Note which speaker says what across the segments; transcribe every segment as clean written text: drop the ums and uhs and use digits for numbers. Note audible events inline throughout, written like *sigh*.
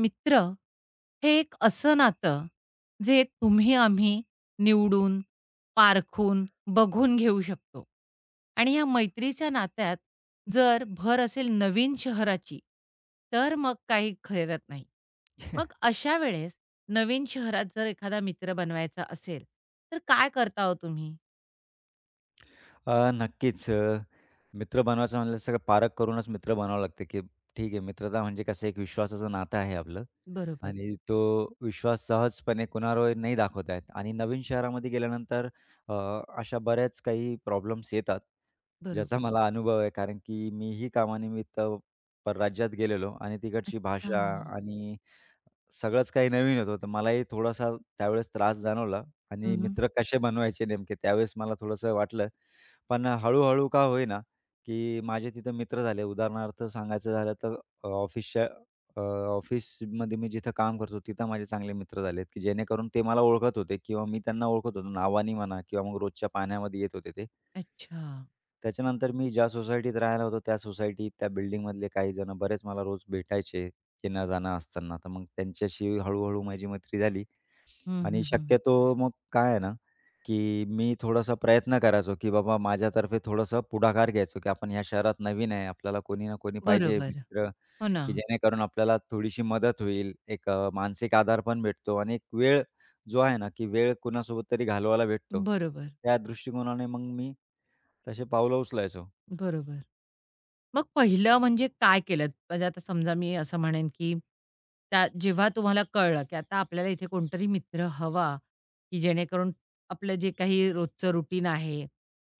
Speaker 1: मित्र हे एक असं नातं जे तुम्ही आम्ही निवडून, पारखून, बघून घेऊ शकतो. आणि या मैत्रीच्या नात्यात जर भर असेल नवीन शहराची, तर मग काही खरत नाही. मग
Speaker 2: *laughs*
Speaker 1: अशा वेळेस नवीन शहरात जर एखादा मित्र बनवायचा असेल, तर काय करता हो तुम्ही?
Speaker 2: नक्कीच. मित्र बनवायचं म्हणलं सगळं पारख करूनच मित्र बनावं लागतं, की ठीक आहे मित्रता म्हणजे कसं एक विश्वासाचं नातं आहे आपलं
Speaker 1: बरोबर,
Speaker 2: आणि तो विश्वास सहजपणे कुणावरही नाही दाखवत आहेत आणि नवीन शहरामध्ये गेल्यानंतर अ, अशा बऱ्याच काही प्रॉब्लेम्स येतात,
Speaker 1: बरोबर.
Speaker 2: ज्याचा मला अनुभव आहे. कारण की मीही कामानिमित्त परराज्यात गेलेलो आणि तिकडची
Speaker 1: अच्छा.
Speaker 2: भाषा आणि सगळंच काही नवीन होतं, तर मलाही थोडासा त्यावेळेस त्रास जाणवला आणि
Speaker 1: हं.
Speaker 2: मित्र कसे बनवायचे नेमके त्यावेळेस मला थोडंसं वाटलं. पण हळू का होईना, की माझे तिथं मित्र झाले. उदाहरणार्थ सांगायचं झालं तर अ, ऑफिसच्या अ, ऑफिसमध्ये मी जिथं काम करतो तिथं माझे चांगले मित्र झालेत, की जेणेकरून ते मला ओळखत होते किंवा मी त्यांना ओळखत होतो नावानी म्हणा किंवा मग रोजच्या पाण्यामध्ये येत होते ते.
Speaker 1: अच्छा.
Speaker 2: त्याच्यानंतर मी ज्या सोसायटीत राहायला होतो, त्या सोसायटीत, त्या बिल्डिंगमधले काही जण बरेच मला रोज भेटायचे, येणं-जाणं असताना. तर मग त्यांच्याशी हळू-हळू माझी मैत्री झाली
Speaker 1: हं,
Speaker 2: आणि
Speaker 1: हं, हं.
Speaker 2: शक्यतो मग काय आहे ना, की मी थोडासा प्रयत्न करायचो, की बाबा माझ्यातर्फे थोडंसं पुढाकार घ्यायचो, की आपण ह्या शहरात नवीन आहे, आपल्याला कोणी ना कोणी पाहिजे
Speaker 1: बरोबर.
Speaker 2: मित्र,
Speaker 1: हो ना.
Speaker 2: की जेणेकरून आपल्याला थोडीशी मदत होईल. एक मानसिक आधार पण भेटतो आणि एक वेळ जो आहे ना, की वेळ कुणासोबत तरी घालवायला भेटतो.
Speaker 1: बरोबर,
Speaker 2: त्या दृष्टिकोनाने मग मी तसे पावलं उचलायचो.
Speaker 1: बरोबर. मग पहिलं म्हणजे काय केलत? म्हणजे आता समजा मी असं म्हणेन, की त्या जेव्हा तुम्हाला कळलं, की आता आपल्याला इथे कोणतरी मित्र हवा, की जेणेकरून आपलं जे काही रोजचं रुटीन आहे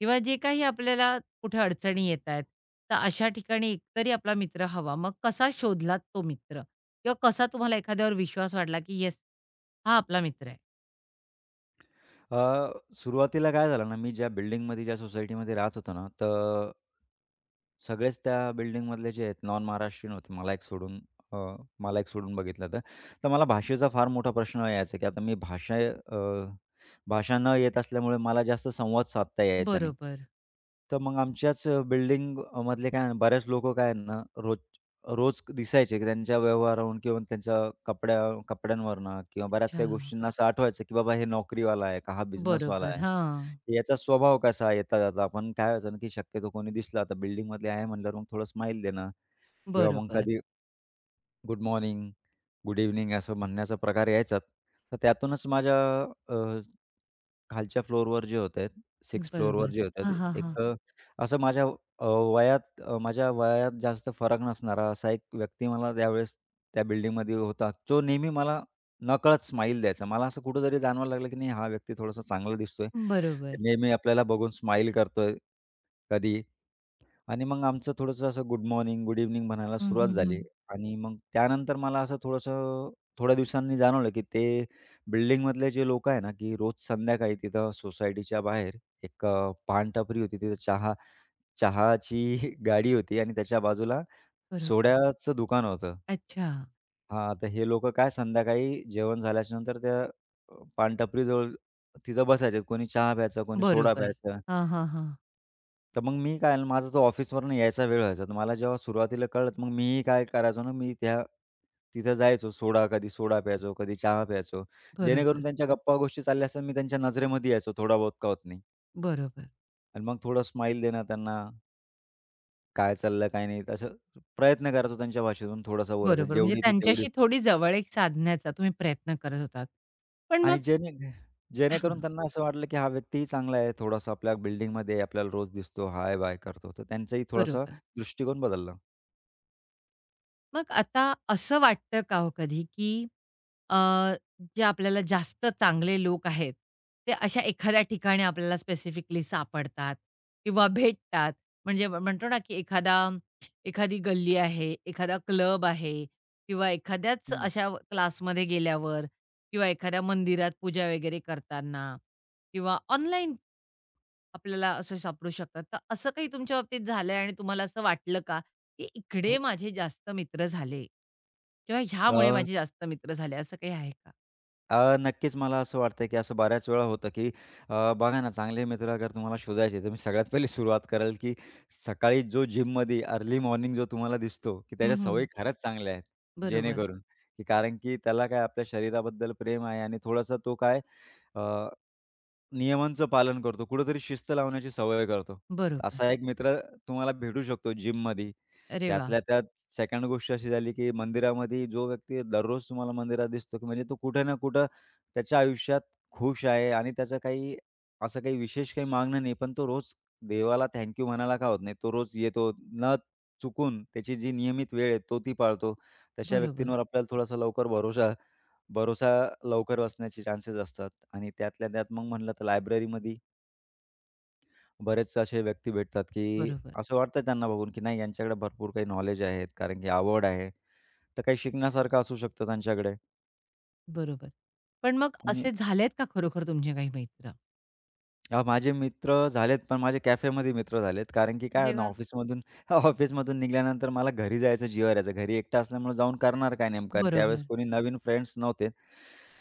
Speaker 1: किंवा जे काही आपल्याला कुठे अडचणी येत आहेत, तर अशा ठिकाणी एकतरी आपला मित्र हवा. मग कसा शोधलात तो मित्र? किंवा कसा तुम्हाला एखाद्यावर विश्वास वाटला, की येस, हा आपला मित्र आहे?
Speaker 2: अ, सुरुवातीला काय झालं ना, मी ज्या बिल्डिंगमध्ये, ज्या सोसायटीमध्ये राहत होतो ना, तर सगळेच त्या बिल्डिंगमधले जे आहेत नॉन महाराष्ट्रीयन होते, अ, मला एक सोडून बघितलं तर. तर मला भाषेचा फार मोठा प्रश्न यायचा, की आता मी अ, भाषा न येत असल्यामुळे मला जास्त संवाद साधता यायचा नाही.
Speaker 1: बरोबर.
Speaker 2: तर मग आमच्याच बिल्डिंग मधले काय आहे ना, बरेच लोकं काय आहेत ना, रोज रोज दिसायचे, की त्यांच्या व्यवहारावरून किंवा त्यांच्या कपड्या कपड्यांवरनं किंवा बऱ्याच
Speaker 1: अच्छा.
Speaker 2: काही गोष्टींना असं आठवायचं, की बाबा हे नोकरीवाला आहे का हा बिझनेसवाला
Speaker 1: बरोबर.
Speaker 2: आहे.
Speaker 1: हां.
Speaker 2: याचा स्वभाव कसा आहे? येता-जाता आपण काय व्हायचं ना, की शक्यतो कोणी दिसलं आता बिल्डिंगमधले आहे म्हटल्यावर मग थोडं स्माईल देणं किंवा मग
Speaker 1: बरोबर.
Speaker 2: कधी गुड मॉर्निंग, गुड इव्हनिंग असं म्हणण्याचा प्रकार यायचा. तर त्यातूनच माझ्या खालच्या फ्लोअरवर जे होते, 6th फ्लोअरवर
Speaker 1: बरोबर.
Speaker 2: जे अच्छा.
Speaker 1: हां,
Speaker 2: होते,
Speaker 1: हां, हां.
Speaker 2: असं अ, माझ्या वयात जास्त फरक नसणारा असा एक व्यक्ती मला त्यावेळेस त्या बिल्डिंगमध्ये होता, जो नेहमी मला नकळत स्माईल द्यायचा. मला असं कुठेतरी जाणवायला लागलं, की नाही हा व्यक्ती थोडासा चांगला दिसतोय.
Speaker 1: बरोबर.
Speaker 2: नेहमी आपल्याला बघून स्माईल करतोय. कधी आणि मग आमचं थोडंसं असं गुड मॉर्निंग, गुड इव्हनिंग म्हणायला
Speaker 1: हं,
Speaker 2: सुरुवात
Speaker 1: हं,
Speaker 2: झाली
Speaker 1: हं.
Speaker 2: आणि मग त्यानंतर मला असं थोड्या दिवसांनी जाणवलं, की ते बिल्डिंगमधले जे लोकं आहे ना, की रोज संध्याकाळी तिथं सोसायटीच्या बाहेर एक पानटपरी होती. तिथं चहाची *laughs* गाडी होती आणि त्याच्या बाजूला
Speaker 1: बरोबर.
Speaker 2: सोड्याचं दुकान होतं.
Speaker 1: अच्छा.
Speaker 2: हां, तर हे लोकं काय संध्याकाळी जेवण झाल्याच्यानंतर त्या पानटपरीजवळ तिथं बसायचे. कोणी चहा प्यायचा, कोणी सोडा
Speaker 1: बरोबर.
Speaker 2: प्यायचा.
Speaker 1: हां, हां, हां.
Speaker 2: तर मग मी काय ना, माझा जो ऑफिसवरून यायचा वेळ व्हायचा, तर मला जेव्हा सुरुवातीला कळलं, तर मग मीही काय करायचो ना, मी त्या तिथं जायचो. कधी सोडा प्यायचो, कधी चहा प्यायचो. जेणेकरून
Speaker 1: बरोबर,
Speaker 2: त्यांच्या गप्पा-गोष्टी चालल्या असतात, मी त्यांच्या नजरेमध्ये यायचो थोडा बहुत का होत नाही.
Speaker 1: बरोबर,
Speaker 2: आणि मग थोडं स्माईल देणं त्यांना, काय चाललं काय नाही, असं प्रयत्न करायचो त्यांच्या भाषेतून थोडासा बोलायचा.
Speaker 1: बरोबर. म्हणजे
Speaker 2: जेवढी ती
Speaker 1: त्यांच्याशी
Speaker 2: तेवढीच.
Speaker 1: थोडी जवळीक साधण्याचा तुम्ही प्रयत्न करत होतात. पण मग
Speaker 2: आणि
Speaker 1: हां,
Speaker 2: जेणेकरून त्यांना असं वाटलं, की हा व्यक्तीही चांगला आहे. थोडासा आपल्या बिल्डिंगमध्ये आपल्याला रोज दिसतो, हाय-बाय करतो. तर त्यांचाही थोडासा
Speaker 1: बरोबर.
Speaker 2: दृष्टिकोन बदलला.
Speaker 1: मग आता असं वाटतं का हो कधी, की अ, जे आपल्याला जास्त चांगले लोक आहेत, ते अशा एखाद्या ठिकाणी आपल्याला स्पेसिफिकली सापडतात किंवा भेटतात. म्हणजे आपण म्हणतो ना, की एखादी गल्ली आहे, एखादा क्लब आहे किंवा एखाद्याच
Speaker 2: हम्म.
Speaker 1: अशा क्लासमध्ये गेल्यावर किंवा एखाद्या मंदिरात पूजा वगैरे करताना किंवा ऑनलाईन आपल्याला असं सापडू शकतात. तर असं काही तुमच्या बाबतीत झालंय आणि तुम्हाला असं वाटलं का, की इकडे
Speaker 2: हो.
Speaker 1: माझे जास्त मित्र झाले किंवा
Speaker 2: अ
Speaker 1: ह्यामुळे माझे जास्त मित्र झाले, असं काही आहे का?
Speaker 2: अ, नक्कीच मला असं वाटतं, की असं बऱ्याच वेळा होतं, की बघा ना चांगले मित्र अगर तुम्हाला शोधायचे, तर मी सगळ्यात पहिली सुरुवात कराल, की सकाळी जो जिममध्ये अर्ली मॉर्निंग जो तुम्हाला दिसतो, की
Speaker 1: हं,
Speaker 2: त्याच्या
Speaker 1: हं.
Speaker 2: सवयी खरंच चांगल्या आहेत.
Speaker 1: बरोबर,
Speaker 2: जेणेकरून, की कारण की त्याला काय आपल्या शरीराबद्दल प्रेम आहे आणि थोडासा तो काय अ, नियमांचं पालन करतो, कुठेतरी शिस्त लावण्याची सवय करतो.
Speaker 1: बरोबर.
Speaker 2: असा एक मित्र तुम्हाला भेटू शकतो जिममध्ये.
Speaker 1: अरे वाह!
Speaker 2: त्यातल्या त्यात सेकंड गोष्ट अशी झाली, की मंदिरामध्ये जो व्यक्ती दररोज तुम्हाला मंदिरात दिसतो, की म्हणजे तो कुठे ना कुठं त्याच्या आयुष्यात खुश आहे आणि त्याचं काही असं काही विशेष काही मागणं नाही, पण तो रोज देवाला थँक म्हणायला का होत नाही. तो रोज येतो न चुकून त्याची जी नियमित वेळ आहे, तो ती पाळतो. तशा
Speaker 1: बरोबर,
Speaker 2: व्यक्तींवर आपल्याला थोडासा लवकर भरोसा भरोसा लवकर बसण्याचे चान्सेस असतात. आणि त्यातल्या त्यात मग म्हणलं तर लायब्ररीमध्ये बरेच असे व्यक्ती भेटतात, की
Speaker 1: बरोबर,
Speaker 2: असं वाटतं त्यांना बघून, की नाही यांच्याकडे भरपूर काही नॉलेज आहे, कारण की आवड आहे. तर काही शिकण्यासारखं असू शकतं त्यांच्याकडे.
Speaker 1: बरोबर. पण मग
Speaker 2: आणि
Speaker 1: असे झालेत का खरोखर तुमचे काही मित्र?
Speaker 2: माझे मित्र झालेत, पण माझे कॅफेमध्ये मित्र झालेत. कारण की काय आहे
Speaker 1: अरे
Speaker 2: ना
Speaker 1: वाह!
Speaker 2: *laughs* ऑफिसमधून निघाल्यानंतर मला घरी जायचं जीवावर यायचं. घरी एकटा असल्यामुळे जाऊन करणार काय नेमकं? आणि
Speaker 1: बरोबर.
Speaker 2: त्यावेळेस कोणी नवीन फ्रेंड्स नव्हते.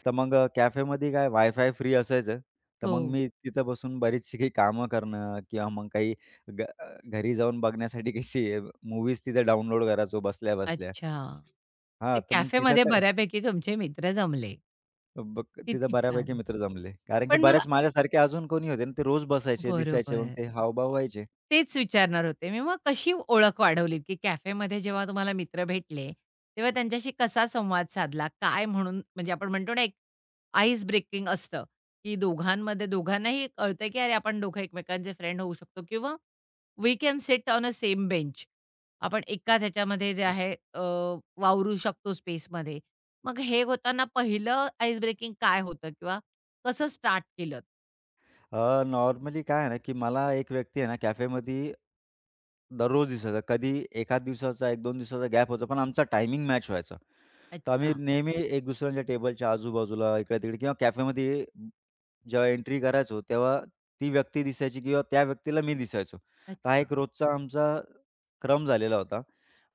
Speaker 2: तर मग कॅफेमध्ये काय वायफाय फ्री असायचं. तर
Speaker 1: हो.
Speaker 2: मग मी तिथं बसून बरीचशी काही कामं करणं किंवा मग काही घ अ, घरी जाऊन बघण्यासाठी काही मूव्हीज तिथे डाउनलोड करायचो बसल्या-बसल्या.
Speaker 1: अच्छा. ते
Speaker 2: हां, तर मग तिथं
Speaker 1: कॅफेमध्ये
Speaker 2: काय
Speaker 1: बऱ्यापैकी तुमचे मित्र जमले.
Speaker 2: बक तिथं
Speaker 1: किती छान.
Speaker 2: बऱ्यापैकी मित्र जमले. कारण की
Speaker 1: पण मग
Speaker 2: बऱ्याच माझ्यासारखे अजून कोणी होते ना, ते रोज बसायचे, दिसायचे, मग
Speaker 1: बरोबर.
Speaker 2: ते हावभाव व्हायचे.
Speaker 1: तेच विचारणार होते मी. मग कशी ओळख वाढवलीत, की कॅफेमध्ये जेव्हा तुम्हाला मित्र भेटले, तेव्हा त्यांच्याशी कसा संवाद साधला? काय म्हणून म्हणजे आपण म्हणतो ना, एक आईस ब्रेकिंग असतं, की दोघांमध्ये दोघांनाही कळतं, की अरे आपण दोघं एकमेकांचे फ्रेंड होऊ शकतो किंवा we can sit on a same bench. आपण एकाच ह्याच्यामध्ये जे आहे वावरू शकतो स्पेसमध्ये. मग हे होताना पहिलं आईस ब्रेकिंग काय होतं किंवा कसं स्टार्ट केलंत?
Speaker 2: नॉर्मली काय आहे ना, की मला एक व्यक्ती आहे ना कॅफेमध्ये दररोज दिसायचा. कधी एखाद दिवसाचा, 1-2 दिवसाचा गॅप व्हायचा, पण आमचा टायमिंग मॅच व्हायचा. तर आम्ही
Speaker 1: अच्छा,
Speaker 2: नेहमी एक दुसऱ्यांच्या टेबलच्या आजूबाजूला, इकडे-तिकडे किंवा कॅफेमध्ये जेव्हा एंट्री करायचो, तेव्हा ती व्यक्ती दिसायची किंवा त्या व्यक्तीला मी दिसायचो. तर हा
Speaker 1: अच्छा.
Speaker 2: एक रोजचा आमचा क्रम झालेला होता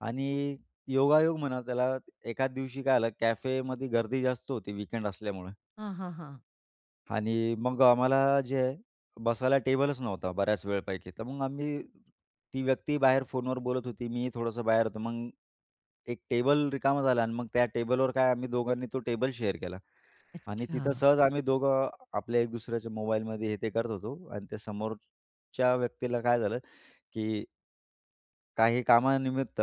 Speaker 2: आणि योगायोग म्हणा त्याला, एकाच दिवशी काय आलं, कॅफेमध्ये गर्दी जास्त होती वीकेंड असल्यामुळे.
Speaker 1: हां, हां, हां.
Speaker 2: आणि मग आम्हाला जे आहे, बसायला टेबलच नव्हता बऱ्याच वेळपैकी. तर मग आम्ही ती व्यक्ती बाहेर फोनवर बोलत होती, मी थोडंसं बाहेर होतो. मग एक टेबल रिकामा झाला आणि मग त्या टेबलवर काय आम्ही दोघांनी तो टेबल शेअर केला आणि
Speaker 1: अच्छा.
Speaker 2: तिथं सहज आम्ही दोघं आपल्या एक दुसऱ्याच्या मोबाईलमध्ये हे ते करत होतो आणि त्या समोरच्या व्यक्तीला काय झालं, की काही कामानिमित्त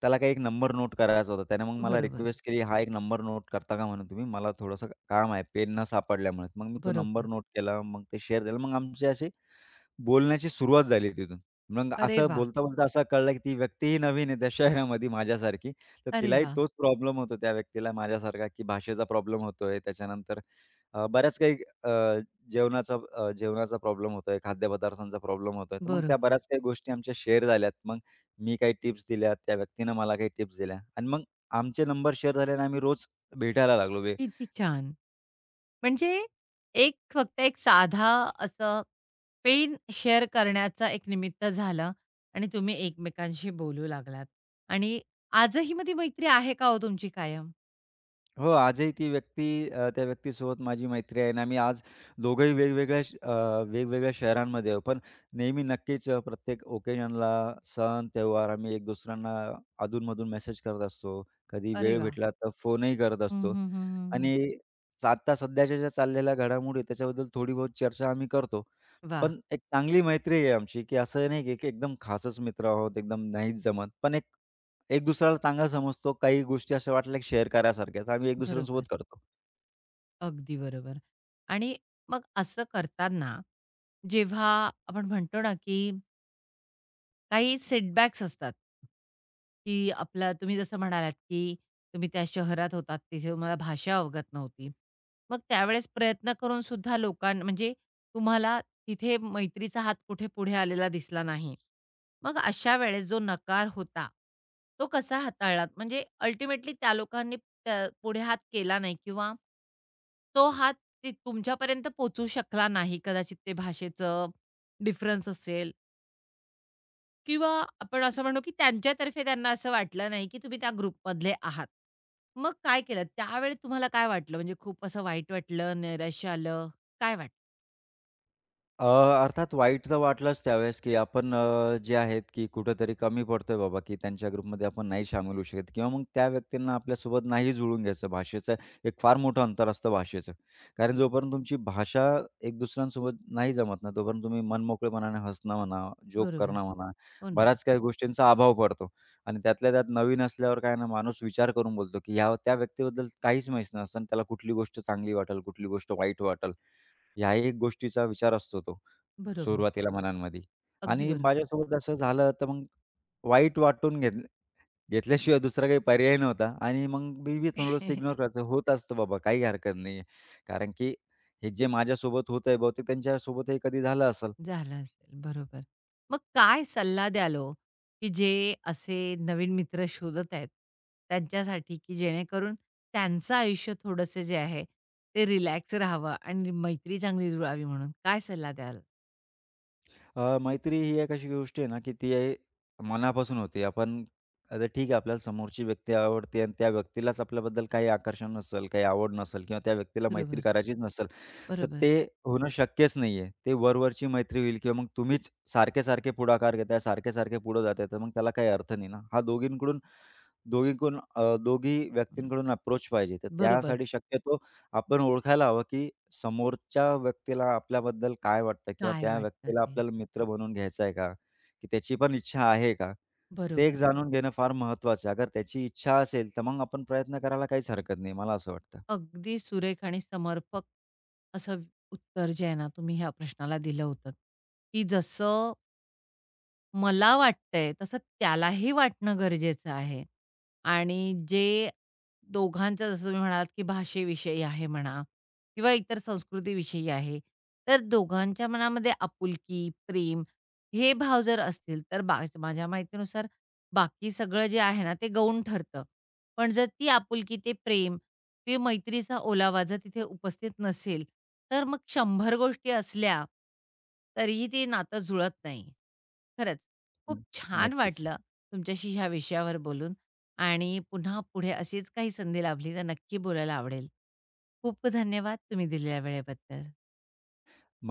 Speaker 2: त्याला काही एक नंबर नोट करायचा होता. त्याने मग मला
Speaker 1: बरोबर.
Speaker 2: रिक्वेस्ट केली, "हा एक नंबर नोट करता का?" म्हणून तुम्ही मला थोडंसं काम आहे, पेन न सापडल्यामुळे. मग मी तो नंबर
Speaker 1: बरोबर.
Speaker 2: नोट केला. मग ते शेअर झालं. मग आमची अशी बोलण्याची सुरुवात झाली तिथून. मग
Speaker 1: अरे
Speaker 2: असं
Speaker 1: वा,
Speaker 2: बोलता-बोलता असं कळलं, की ती व्यक्तीही नवीन आहे त्या शहरामध्ये माझ्यासारखी. तर
Speaker 1: अरे
Speaker 2: तिलाही
Speaker 1: वा,
Speaker 2: तोच प्रॉब्लेम होतो त्या व्यक्तीला माझ्यासारखा, की भाषेचा प्रॉब्लेम होतोय. त्याच्यानंतर अ, बऱ्याच काही अ, जेवणाचा प्रॉब्लेम होतोय, खाद्यपदार्थांचा प्रॉब्लेम होतोय. तर मग त्या
Speaker 1: बरोबर.
Speaker 2: बऱ्याच काही गोष्टी आमच्या शेअर झाल्यात. मग मी काही टिप्स दिल्या, त्या व्यक्तीनं मला काही टिप्स दिल्या आणि मग आमचे नंबर शेअर झाले आणि आम्ही रोज भेटायला लागलो.
Speaker 1: किती छान. म्हणजे फक्त एक साधा असं पेन शेअर करण्याचं एक निमित्त झालं आणि तुम्ही एकमेकांशी बोलू लागलात आणि आजही मग ती मैत्री आहे का हो तुमची कायम?
Speaker 2: हो, आजही ती व्यक्ती त्या व्यक्तीसोबत माझी मैत्री आहे आणि आम्ही आज दोघंही वेगवेगळ्या शहरांमध्ये आहोत. पण नेहमी नक्कीच प्रत्येक ओकेजनला, सण, त्योहार आम्ही एक दुसऱ्यांना अधूनमधून मेसेज करत असतो. कधी
Speaker 1: अरे
Speaker 2: वेळ
Speaker 1: वा,
Speaker 2: भेटला तर फोनही करत
Speaker 1: हं,
Speaker 2: असतो.
Speaker 1: हं, हं, हं, हं.
Speaker 2: आणि आत्ता सध्याच्या ज्या चाललेल्या घडामोडी आहेत त्याच्याबद्दल थोडी बहुत चर्चा आम्ही करतो. पण एक चांगली मैत्री आहे आमची, की असं नाही की की एकदम खासच मित्र आहोत, एकदम नाहीच जमत. पण एक एक दुसऱ्याला चांगला समजतो. काही गोष्टी अशा वाटल्या की शेअर करायसारख्या, तर आम्ही एक
Speaker 1: बरोबर.
Speaker 2: दुसऱ्यांसोबत करतो.
Speaker 1: अगदी बरोबर. आणि मग असं करताना जेव्हा आपण म्हणतो ना, की काही सेटबॅक्स असतात, की आपला तुम्ही जसं म्हणालात, की तुम्ही त्या शहरात होतात, तिथे तुम्हाला भाषा अवगत नव्हती. मग त्यावेळेस प्रयत्न करून सुद्धा लोकां म्हणजे तुम्हाला तिथे मैत्रीचा हात कुठे पुढे आलेला दिसला नाही. मग अशा वेळेस जो नकार होता, तो कसा हाताळलात? म्हणजे अल्टिमेटली त्या लोकांनी त्या पुढे हात केला नाही किंवा तो हात ती तुमच्यापर्यंत पोहोचू शकला नाही. कदाचित ते भाषेचं डिफरन्स असेल किंवा आपण असं म्हणू, की त्यांच्यातर्फे त्यांना असं वाटलं नाही, की तुम्ही त्या ग्रुपमधले आहात. मग काय केलं? त्यावेळी तुम्हाला काय वाटलं? म्हणजे खूप असं वाईट वाटलं, नैराश्य आलं, काय वाटलं?
Speaker 2: अर्थात वाईट तर वाटलंच त्यावेळेस, की आपण जे आहेत, की कुठेतरी कमी पडतोय बाबा, की त्यांच्या ग्रुपमध्ये आपण नाही सामील होऊ शकत किंवा मग त्या व्यक्तींना आपल्यासोबत नाही जुळवून घ्यायचं. एक फार मोठं अंतर असतं भाषेचं. कारण जोपर्यंत तुमची भाषा एक दुसऱ्यांसोबत नाही जमत ना, तोपर्यंत तुम्ही मनमोकळेपणाने हसणं म्हणा, जोक
Speaker 1: बरोबर.
Speaker 2: करणं म्हणा,
Speaker 1: हो ना.
Speaker 2: बऱ्याच काही गोष्टींचा अभाव पडतो आणि त्यातल्या त्यात नवीन असल्यावर काय ना, माणूस विचार करून बोलतो, की ह्या त्या व्यक्तीबद्दल काहीच माहीत नसतं आणि त्याला कुठली गोष्ट चांगली वाटेल, कुठली गोष्ट वाईट वाटेल. ह्या एक गोष्टीचा विचार असतो तो,
Speaker 1: बरोबर.
Speaker 2: सुरुवातीला मनांमध्ये
Speaker 1: अगदी
Speaker 2: आणि
Speaker 1: बरोबर.
Speaker 2: माझ्यासोबत असं झालं तर मग वाईट वाटून घेत घेतल्याशिवाय दुसरा काही पर्याय नव्हता आणि मग मी बी थोडंसं इग्नोर
Speaker 1: *laughs*
Speaker 2: करायचं. होत असतं बाबा, काही हरकत नाही कारण की हे जे माझ्यासोबत होतंय बहुतेक त्यांच्यासोबतही कधी झालं असेल.
Speaker 1: झालं असेल, बरोबर. मग काय सल्ला द्याल हो? की जे असे नवीन मित्र शोधत आहेत, त्यांच्यासाठी, की जेणेकरून त्यांचं आयुष्य थोडंसं जे आहे, ते रिलॅक्स राहावं आणि मैत्री चांगली जुळावी म्हणून काय सल्ला द्याल?
Speaker 2: मैत्री ही एक अशी गोष्ट आहे ना, की ती आहे मनापासून होते. आपण आता ठीक आहे आपल्याला समोरची व्यक्ती आवडते आणि त्या व्यक्तीलाच आपल्याबद्दल काही आकर्षण नसेल, काही आवड नसेल किंवा त्या व्यक्तीला मैत्री
Speaker 1: बरोबर.
Speaker 2: करायचीच नसेल. तर
Speaker 1: बरोबर.
Speaker 2: ते होणं शक्यच नाहीये. ते वरवरची मैत्री होईल किंवा मग तुम्हीच सारखे-सारखे पुढाकार घेताय, सारखे-सारखे पुढे जाताय, तर मग त्याला काही अर्थ नाही ना. हा दोघींकडून दोघींकडून अ, दोघी
Speaker 1: हं.
Speaker 2: व्यक्तींकडून अप्रोच पाहिजे. तर
Speaker 1: बरोबर.
Speaker 2: त्यासाठी शक्यतो आपण ओळखायला हवं, की समोरच्या व्यक्तीला आपल्याबद्दल काय वाटतं किंवा
Speaker 1: काय
Speaker 2: त्या
Speaker 1: वाटतं
Speaker 2: व्यक्तीला
Speaker 1: ते?
Speaker 2: आपल्याला मित्र बनवून घ्यायचा आहे का? की त्याची पण इच्छा आहे का? ते एक
Speaker 1: बरोबर.
Speaker 2: जाणून घेणं फार महत्त्वाचं आहे. अगर त्याची इच्छा असेल, तर मग आपण प्रयत्न करायला काहीच हरकत नाही. मला असं वाटतं.
Speaker 1: अगदी सुरेख आणि समर्पक असं उत्तर जे आहे ना, तुम्ही ह्या प्रश्नाला दिलं होतं, की जसं मला वाटतंय तसं त्यालाही वाटणं गरजेचं आहे. आणि जे दोघांचं जसं तुम्ही म्हणालात, की भाषेविषयी आहे म्हणा किंवा इतर संस्कृतीविषयी आहे. तर दोघांच्या मनामध्ये आपुलकी, प्रेम हे भाव जर असतील, तर बा माझ्या माहितीनुसार बाकी सगळं जे आहे ना, ते गौण ठरतं. पण जर ती आपुलकी, ते प्रेम, ते मैत्रीचा ओलावा जर तिथे उपस्थित नसेल, तर मग 100 गोष्टी असल्या, तरीही ते नातं जुळत नाही. खरंच. खूप
Speaker 2: हं.
Speaker 1: छान
Speaker 2: नक्कीच.
Speaker 1: वाटलं तुमच्याशी ह्या विषयावर बोलून आणि पुन्हा पुढे अशीच काही संधी लाभली तर नक्की बोलायला आवडेल. खूप धन्यवाद तुम्ही दिलेल्या वेळेबद्दल.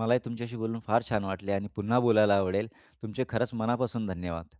Speaker 2: मलाही तुमच्याशी बोलून फार छान वाटले आणि पुन्हा बोलायला आवडेल. तुमचे खरंच मनापासून धन्यवाद.